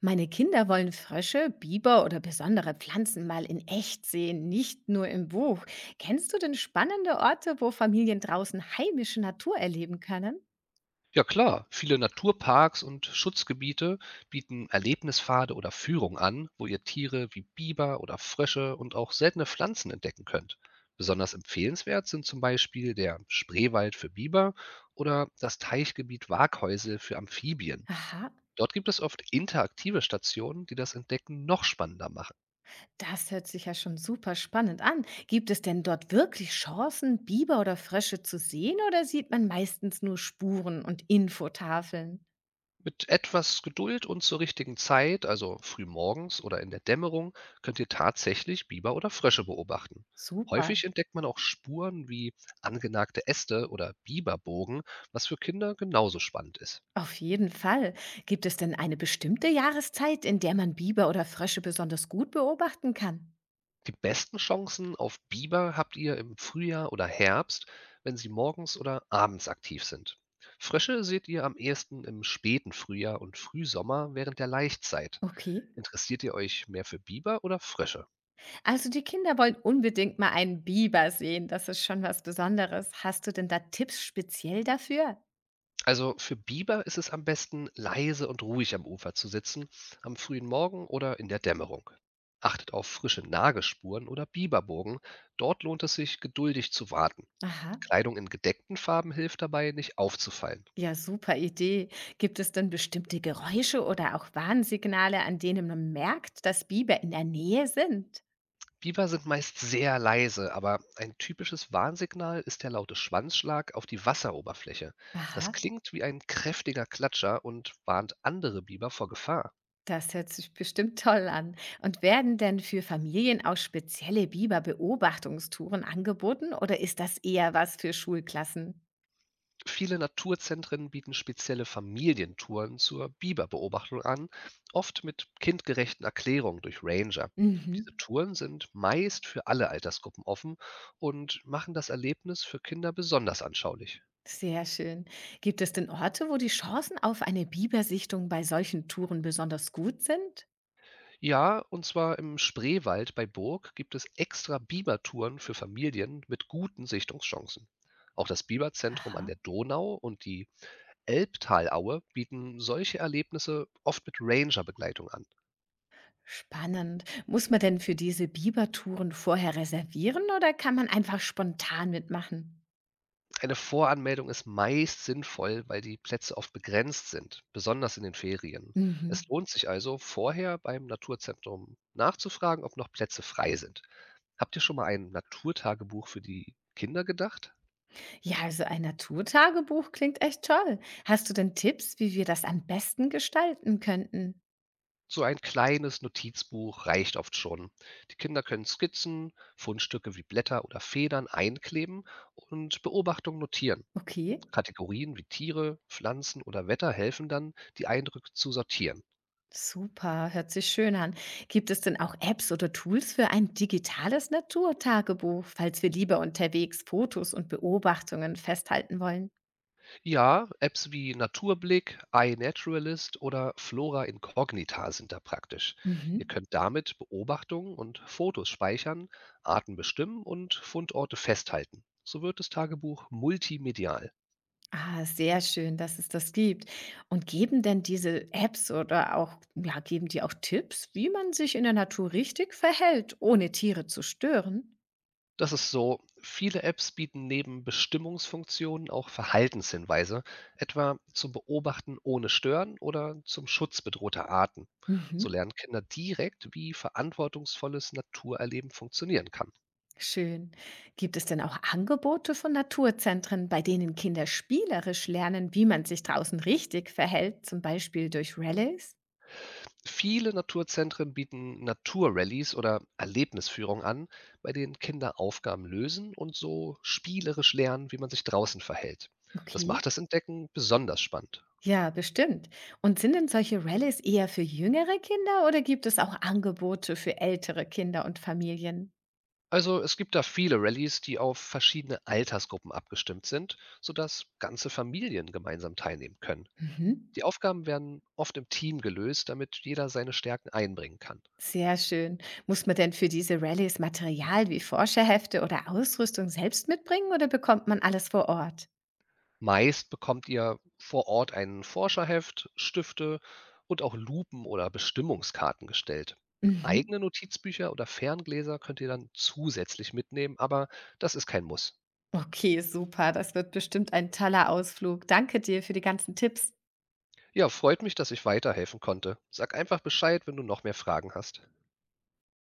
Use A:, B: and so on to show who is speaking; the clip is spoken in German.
A: Meine Kinder wollen Frösche, Biber oder besondere Pflanzen mal in echt sehen, nicht nur im Buch. Kennst du denn spannende Orte, wo Familien draußen heimische Natur erleben können?
B: Ja klar, viele Naturparks und Schutzgebiete bieten Erlebnispfade oder Führungen an, wo ihr Tiere wie Biber oder Frösche und auch seltene Pflanzen entdecken könnt. Besonders empfehlenswert sind zum Beispiel der Spreewald für Biber oder das Teichgebiet Waaghäusel für Amphibien.
A: Aha,
B: Dort gibt es oft interaktive Stationen, die das Entdecken noch spannender machen.
A: das hört sich ja schon super spannend an. Gibt es denn dort wirklich Chancen, Biber oder Frösche zu sehen oder sieht man meistens nur Spuren und Infotafeln?
B: Mit etwas Geduld und zur richtigen Zeit, also frühmorgens oder in der Dämmerung, könnt ihr tatsächlich Biber oder Frösche beobachten.
A: Super.
B: Häufig entdeckt man auch Spuren wie angenagte Äste oder Biberbogen, was für Kinder genauso spannend ist.
A: Auf jeden Fall. Gibt es denn eine bestimmte Jahreszeit, in der man Biber oder Frösche besonders gut beobachten kann?
B: Die besten Chancen auf Biber habt ihr im Frühjahr oder Herbst, wenn sie morgens oder abends aktiv sind. Frösche seht ihr am ehesten im späten Frühjahr und Frühsommer während der Laichzeit.
A: Okay.
B: Interessiert ihr euch mehr für Biber oder Frösche?
A: Also die Kinder wollen unbedingt mal einen Biber sehen. Das ist schon was Besonderes. Hast du denn da Tipps speziell dafür?
B: Also für Biber ist es am besten, leise und ruhig am Ufer zu sitzen, am frühen Morgen oder in der Dämmerung. Achtet auf frische Nagespuren oder Biberburgen. Dort lohnt es sich, geduldig zu warten.
A: Aha.
B: Kleidung in gedeckten Farben hilft dabei, nicht aufzufallen.
A: Ja, super Idee. Gibt es denn bestimmte Geräusche oder auch Warnsignale, an denen man merkt, dass Biber in der Nähe sind?
B: Biber sind meist sehr leise, aber ein typisches Warnsignal ist der laute Schwanzschlag auf die Wasseroberfläche. Das
A: Aha,
B: klingt wie ein kräftiger Klatscher und warnt andere Biber vor Gefahr.
A: das hört sich bestimmt toll an. Und werden denn für Familien auch spezielle Biber-Beobachtungstouren angeboten oder ist das eher was für Schulklassen?
B: Viele Naturzentren bieten spezielle Familientouren zur Biberbeobachtung an, oft mit kindgerechten Erklärungen durch Ranger. Diese
A: Mhm.
B: Touren sind meist für alle Altersgruppen offen und machen das Erlebnis für Kinder besonders anschaulich.
A: Sehr schön. Gibt es denn Orte, wo die Chancen auf eine Bibersichtung bei solchen Touren besonders gut sind?
B: Ja, und zwar im Spreewald bei Burg gibt es extra Bibertouren für Familien mit guten Sichtungschancen. Auch das Biberzentrum an
A: Aha,
B: der Donau und die Elbtalaue bieten solche Erlebnisse oft mit Ranger-Begleitung an.
A: spannend. Muss man denn für diese Bibertouren vorher reservieren oder kann man einfach spontan mitmachen?
B: Eine Voranmeldung ist meist sinnvoll, weil die Plätze oft begrenzt sind, besonders in den Ferien.
A: Mhm.
B: Es lohnt sich also, vorher beim Naturzentrum nachzufragen, ob noch Plätze frei sind. Habt ihr schon mal ein Naturtagebuch für die Kinder gedacht?
A: Ja, also ein Naturtagebuch klingt echt toll. Hast du denn Tipps, wie wir das am besten gestalten könnten?
B: So ein kleines Notizbuch reicht oft schon. Die Kinder können Skizzen, Fundstücke wie Blätter oder Federn einkleben und Beobachtungen notieren.
A: Okay.
B: Kategorien wie Tiere, Pflanzen oder Wetter helfen dann, die Eindrücke zu sortieren.
A: Super, hört sich schön an. Gibt es denn auch Apps oder Tools für ein digitales Naturtagebuch, falls wir lieber unterwegs Fotos und Beobachtungen festhalten wollen?
B: Ja, Apps wie Naturblick, iNaturalist oder Flora Incognita sind da praktisch. Ihr
A: Mhm.
B: könnt damit Beobachtungen und Fotos speichern, Arten bestimmen und Fundorte festhalten. So wird das Tagebuch multimedial.
A: Ah, sehr schön, dass es das gibt. Und geben denn diese Apps oder auch, ja, geben die auch Tipps, wie man sich in der Natur richtig verhält, ohne Tiere zu stören?
B: Das ist so, viele Apps bieten neben Bestimmungsfunktionen auch Verhaltenshinweise, etwa zum Beobachten ohne Stören oder zum Schutz bedrohter Arten. So
A: Mhm.
B: lernen Kinder direkt, wie verantwortungsvolles Naturerleben funktionieren kann.
A: Schön. Gibt es denn auch Angebote von Naturzentren, bei denen Kinder spielerisch lernen, wie man sich draußen richtig verhält, zum Beispiel durch Rallyes?
B: Viele Naturzentren bieten Naturrallies oder Erlebnisführungen an, bei denen Kinder Aufgaben lösen und so spielerisch lernen, wie man sich draußen verhält. Das
A: Okay.
B: macht das Entdecken besonders spannend.
A: Ja, bestimmt. Und sind denn solche Rallyes eher für jüngere Kinder oder gibt es auch Angebote für ältere Kinder und Familien?
B: Also es gibt da viele Rallyes, die auf verschiedene Altersgruppen abgestimmt sind, sodass ganze Familien gemeinsam teilnehmen können.
A: Mhm.
B: Die Aufgaben werden oft im Team gelöst, damit jeder seine Stärken einbringen kann.
A: Sehr schön. Muss man denn für diese Rallyes Material wie Forscherhefte oder Ausrüstung selbst mitbringen oder bekommt man alles vor Ort?
B: Meist bekommt ihr vor Ort ein Forscherheft, Stifte und auch Lupen oder Bestimmungskarten gestellt.
A: Mhm.
B: Eigene Notizbücher oder Ferngläser könnt ihr dann zusätzlich mitnehmen, aber das ist kein Muss.
A: Okay, super. Das wird bestimmt ein toller Ausflug. Danke dir für die ganzen Tipps.
B: Ja, freut mich, dass ich weiterhelfen konnte. Sag einfach Bescheid, wenn du noch mehr Fragen hast.